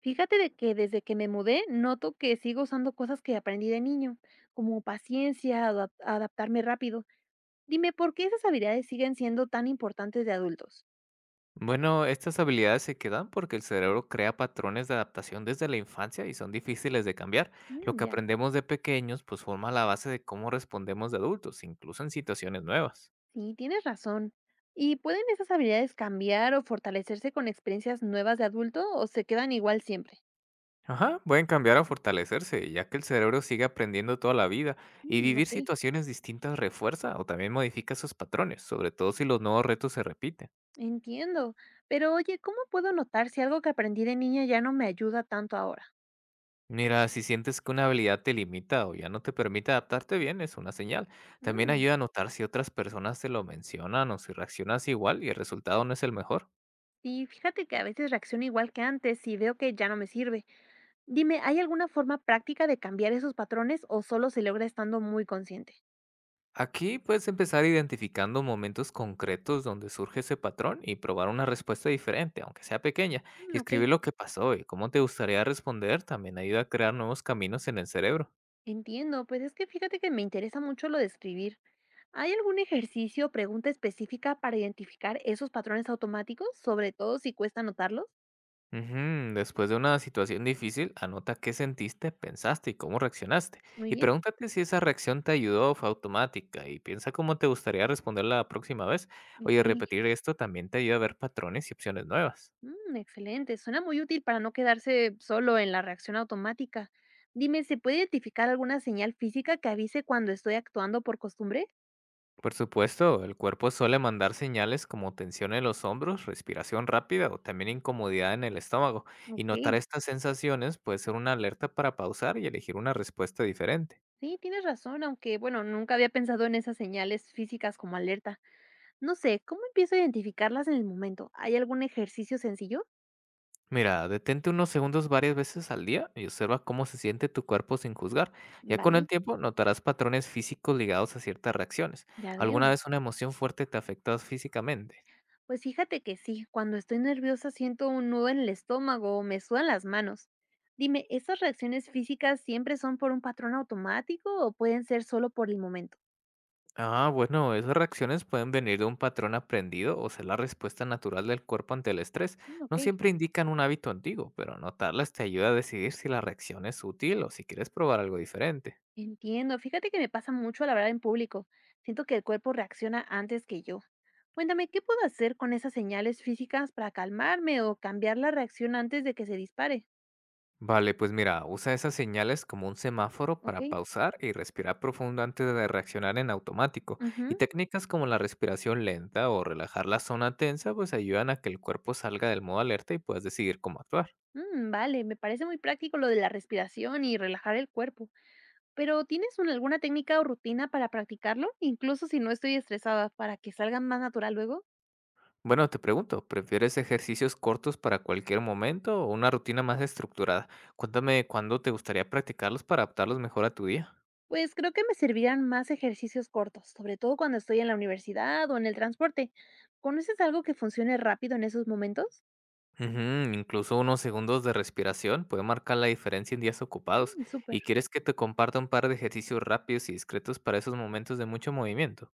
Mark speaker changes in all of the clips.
Speaker 1: Fíjate de que desde que me mudé noto que sigo usando cosas que aprendí de niño, como paciencia, adaptarme rápido. Dime, ¿por qué esas habilidades siguen siendo tan importantes de adultos?
Speaker 2: Bueno, estas habilidades se quedan porque el cerebro crea patrones de adaptación desde la infancia y son difíciles de cambiar. Lo
Speaker 1: Mm,
Speaker 2: que
Speaker 1: ya,
Speaker 2: aprendemos de pequeños pues forma la base de cómo respondemos de adultos, incluso en situaciones nuevas.
Speaker 1: sí, tienes razón. ¿Y pueden esas habilidades cambiar o fortalecerse con experiencias nuevas de adulto o se quedan igual siempre?
Speaker 2: Ajá, pueden cambiar o fortalecerse, ya que el cerebro sigue aprendiendo toda la vida y
Speaker 1: Mm,
Speaker 2: vivir
Speaker 1: ok,
Speaker 2: situaciones distintas refuerza o también modifica sus patrones, sobre todo si los nuevos retos se repiten.
Speaker 1: entiendo. Pero oye, ¿cómo puedo notar si algo que aprendí de niña ya no me ayuda tanto ahora?
Speaker 2: Mira, si sientes que una habilidad te limita o ya no te permite adaptarte bien, es una señal. También
Speaker 1: Mm,
Speaker 2: ayuda a notar si otras personas te lo mencionan o si reaccionas igual y el resultado no es el mejor.
Speaker 1: sí, fíjate que a veces reacciono igual que antes y veo que ya no me sirve. Dime, ¿hay alguna forma práctica de cambiar esos patrones o solo se logra estando muy consciente?
Speaker 2: Aquí puedes empezar identificando momentos concretos donde surge ese patrón y probar una respuesta diferente, aunque sea pequeña,
Speaker 1: Mm,
Speaker 2: y
Speaker 1: ok,
Speaker 2: escribir lo que pasó y cómo te gustaría responder también ayuda a crear nuevos caminos en el cerebro.
Speaker 1: entiendo. Pues es que fíjate que me interesa mucho lo de escribir. ¿Hay algún ejercicio o pregunta específica para identificar esos patrones automáticos, sobre todo si cuesta notarlos?
Speaker 2: Ujú, después de una situación difícil, anota qué sentiste, pensaste y cómo reaccionaste.
Speaker 1: Muy
Speaker 2: Y
Speaker 1: bien,
Speaker 2: pregúntate si esa reacción te ayudó o fue automática y piensa cómo te gustaría responder la próxima vez. Oye,
Speaker 1: ok.
Speaker 2: repetir esto también te ayuda a ver patrones y opciones nuevas.
Speaker 1: Mm, excelente, suena muy útil para no quedarse solo en la reacción automática. Dime, ¿se puede identificar alguna señal física que avise cuando estoy actuando por costumbre?
Speaker 2: Por supuesto, el cuerpo suele mandar señales como tensión en los hombros, respiración rápida o también incomodidad en el estómago. Y notar
Speaker 1: Ok.
Speaker 2: estas sensaciones puede ser una alerta para pausar y elegir una respuesta diferente.
Speaker 1: Sí, tienes razón, aunque bueno, nunca había pensado en esas señales físicas como alerta. No sé, ¿cómo empiezo a identificarlas en el momento? ¿Hay algún ejercicio sencillo?
Speaker 2: Mira, detente unos segundos varias veces al día y observa cómo se siente tu cuerpo sin juzgar. Ya con el
Speaker 1: Vale,
Speaker 2: tiempo notarás patrones físicos ligados a ciertas reacciones.
Speaker 1: ya
Speaker 2: ¿Alguna
Speaker 1: veo.
Speaker 2: vez una emoción fuerte te afectó físicamente?
Speaker 1: Pues fíjate que sí, cuando estoy nerviosa siento un nudo en el estómago o me sudan las manos. Dime, ¿esas reacciones físicas siempre son por un patrón automático o pueden ser solo por el momento?
Speaker 2: Ah, bueno, esas reacciones pueden venir de un patrón aprendido o ser la respuesta natural del cuerpo ante el estrés.
Speaker 1: Mm,
Speaker 2: No
Speaker 1: ok,
Speaker 2: siempre indican un hábito antiguo, pero notarlas te ayuda a decidir si la reacción es útil o si quieres probar algo diferente.
Speaker 1: entiendo. Fíjate que me pasa mucho al hablar en público. Siento que el cuerpo reacciona antes que yo. Cuéntame, ¿qué puedo hacer con esas señales físicas para calmarme o cambiar la reacción antes de que se dispare?
Speaker 2: Vale, pues mira, usa esas señales como un semáforo
Speaker 1: Ok,
Speaker 2: para pausar y respirar profundo antes de reaccionar en automático. Y
Speaker 1: ujú,
Speaker 2: técnicas como la respiración lenta o relajar la zona tensa, pues ayudan a que el cuerpo salga del modo alerta y puedas decidir cómo actuar.
Speaker 1: mm, vale, me parece muy práctico lo de la respiración y relajar el cuerpo. Pero ¿tienes alguna técnica o rutina para practicarlo, incluso si no estoy estresada, para que salga más natural luego?
Speaker 2: Bueno, te pregunto, ¿prefieres ejercicios cortos para cualquier momento o una rutina más estructurada? Cuéntame cuándo te gustaría practicarlos para adaptarlos mejor a tu día.
Speaker 1: Pues creo que me servirán más ejercicios cortos, sobre todo cuando estoy en la universidad o en el transporte. ¿Conoces algo que funcione rápido en esos momentos?
Speaker 2: Ujú, incluso unos segundos de respiración puede marcar la diferencia en días ocupados.
Speaker 1: Mm, súper.
Speaker 2: ¿Y quieres que te comparta un par de ejercicios rápidos y discretos para esos momentos de mucho movimiento?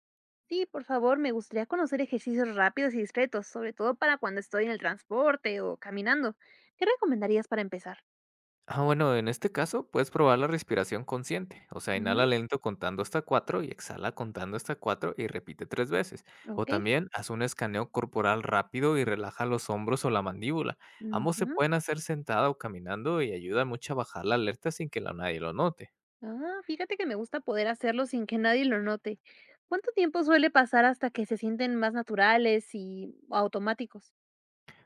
Speaker 1: Sí, por favor, me gustaría conocer ejercicios rápidos y discretos, sobre todo para cuando estoy en el transporte o caminando. ¿Qué recomendarías para empezar?
Speaker 2: Ah, bueno, en este caso puedes probar la respiración consciente, o sea, inhala
Speaker 1: Ujú,
Speaker 2: lento contando hasta 4 y exhala contando hasta 4 y repite tres veces. O
Speaker 1: ok,
Speaker 2: también haz un escaneo corporal rápido y relaja los hombros o la mandíbula. Ambos se
Speaker 1: ujú.
Speaker 2: pueden hacer sentado o caminando y ayuda mucho a bajar la alerta sin que nadie lo note.
Speaker 1: Ah, fíjate que me gusta poder hacerlo sin que nadie lo note. ¿Cuánto tiempo suele pasar hasta que se sienten más naturales y automáticos?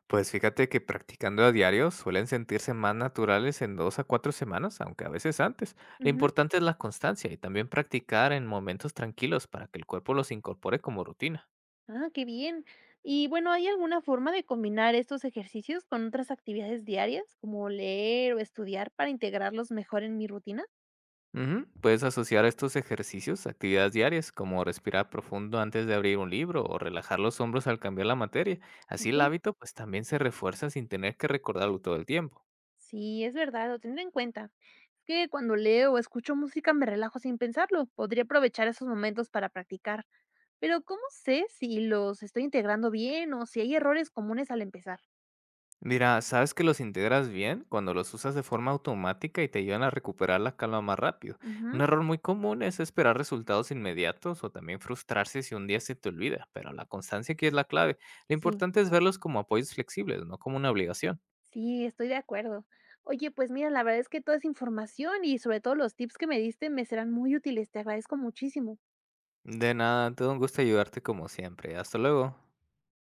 Speaker 2: Pues fíjate que practicando a diario suelen sentirse más naturales en 2 a 4 semanas, aunque a veces antes. Lo
Speaker 1: Ujú,
Speaker 2: importante es la constancia y también practicar en momentos tranquilos para que el cuerpo los incorpore como rutina.
Speaker 1: ah, qué bien. Y bueno, ¿hay alguna forma de combinar estos ejercicios con otras actividades diarias, como leer o estudiar, para integrarlos mejor en mi rutina?
Speaker 2: Ujú, puedes asociar estos ejercicios a actividades diarias, como respirar profundo antes de abrir un libro o relajar los hombros al cambiar la materia. Así
Speaker 1: Ok.
Speaker 2: el hábito pues también se refuerza sin tener que recordarlo todo el tiempo.
Speaker 1: Sí, es verdad, lo tendré en cuenta. Es que cuando leo o escucho música me relajo sin pensarlo. Podría aprovechar esos momentos para practicar. Pero ¿cómo sé si los estoy integrando bien o si hay errores comunes al empezar?
Speaker 2: Mira, sabes que los integras bien cuando los usas de forma automática y te ayudan a recuperar la calma más rápido. Un
Speaker 1: Ujú,
Speaker 2: error muy común es esperar resultados inmediatos o también frustrarse si un día se te olvida, pero la constancia aquí es la clave. Lo
Speaker 1: sí,
Speaker 2: importante es verlos como apoyos flexibles, no como una obligación.
Speaker 1: sí, estoy de acuerdo. Oye, pues mira, la verdad es que toda esa información y sobre todo los tips que me diste me serán muy útiles. Te agradezco muchísimo.
Speaker 2: De nada, todo un gusto ayudarte como siempre. Hasta luego.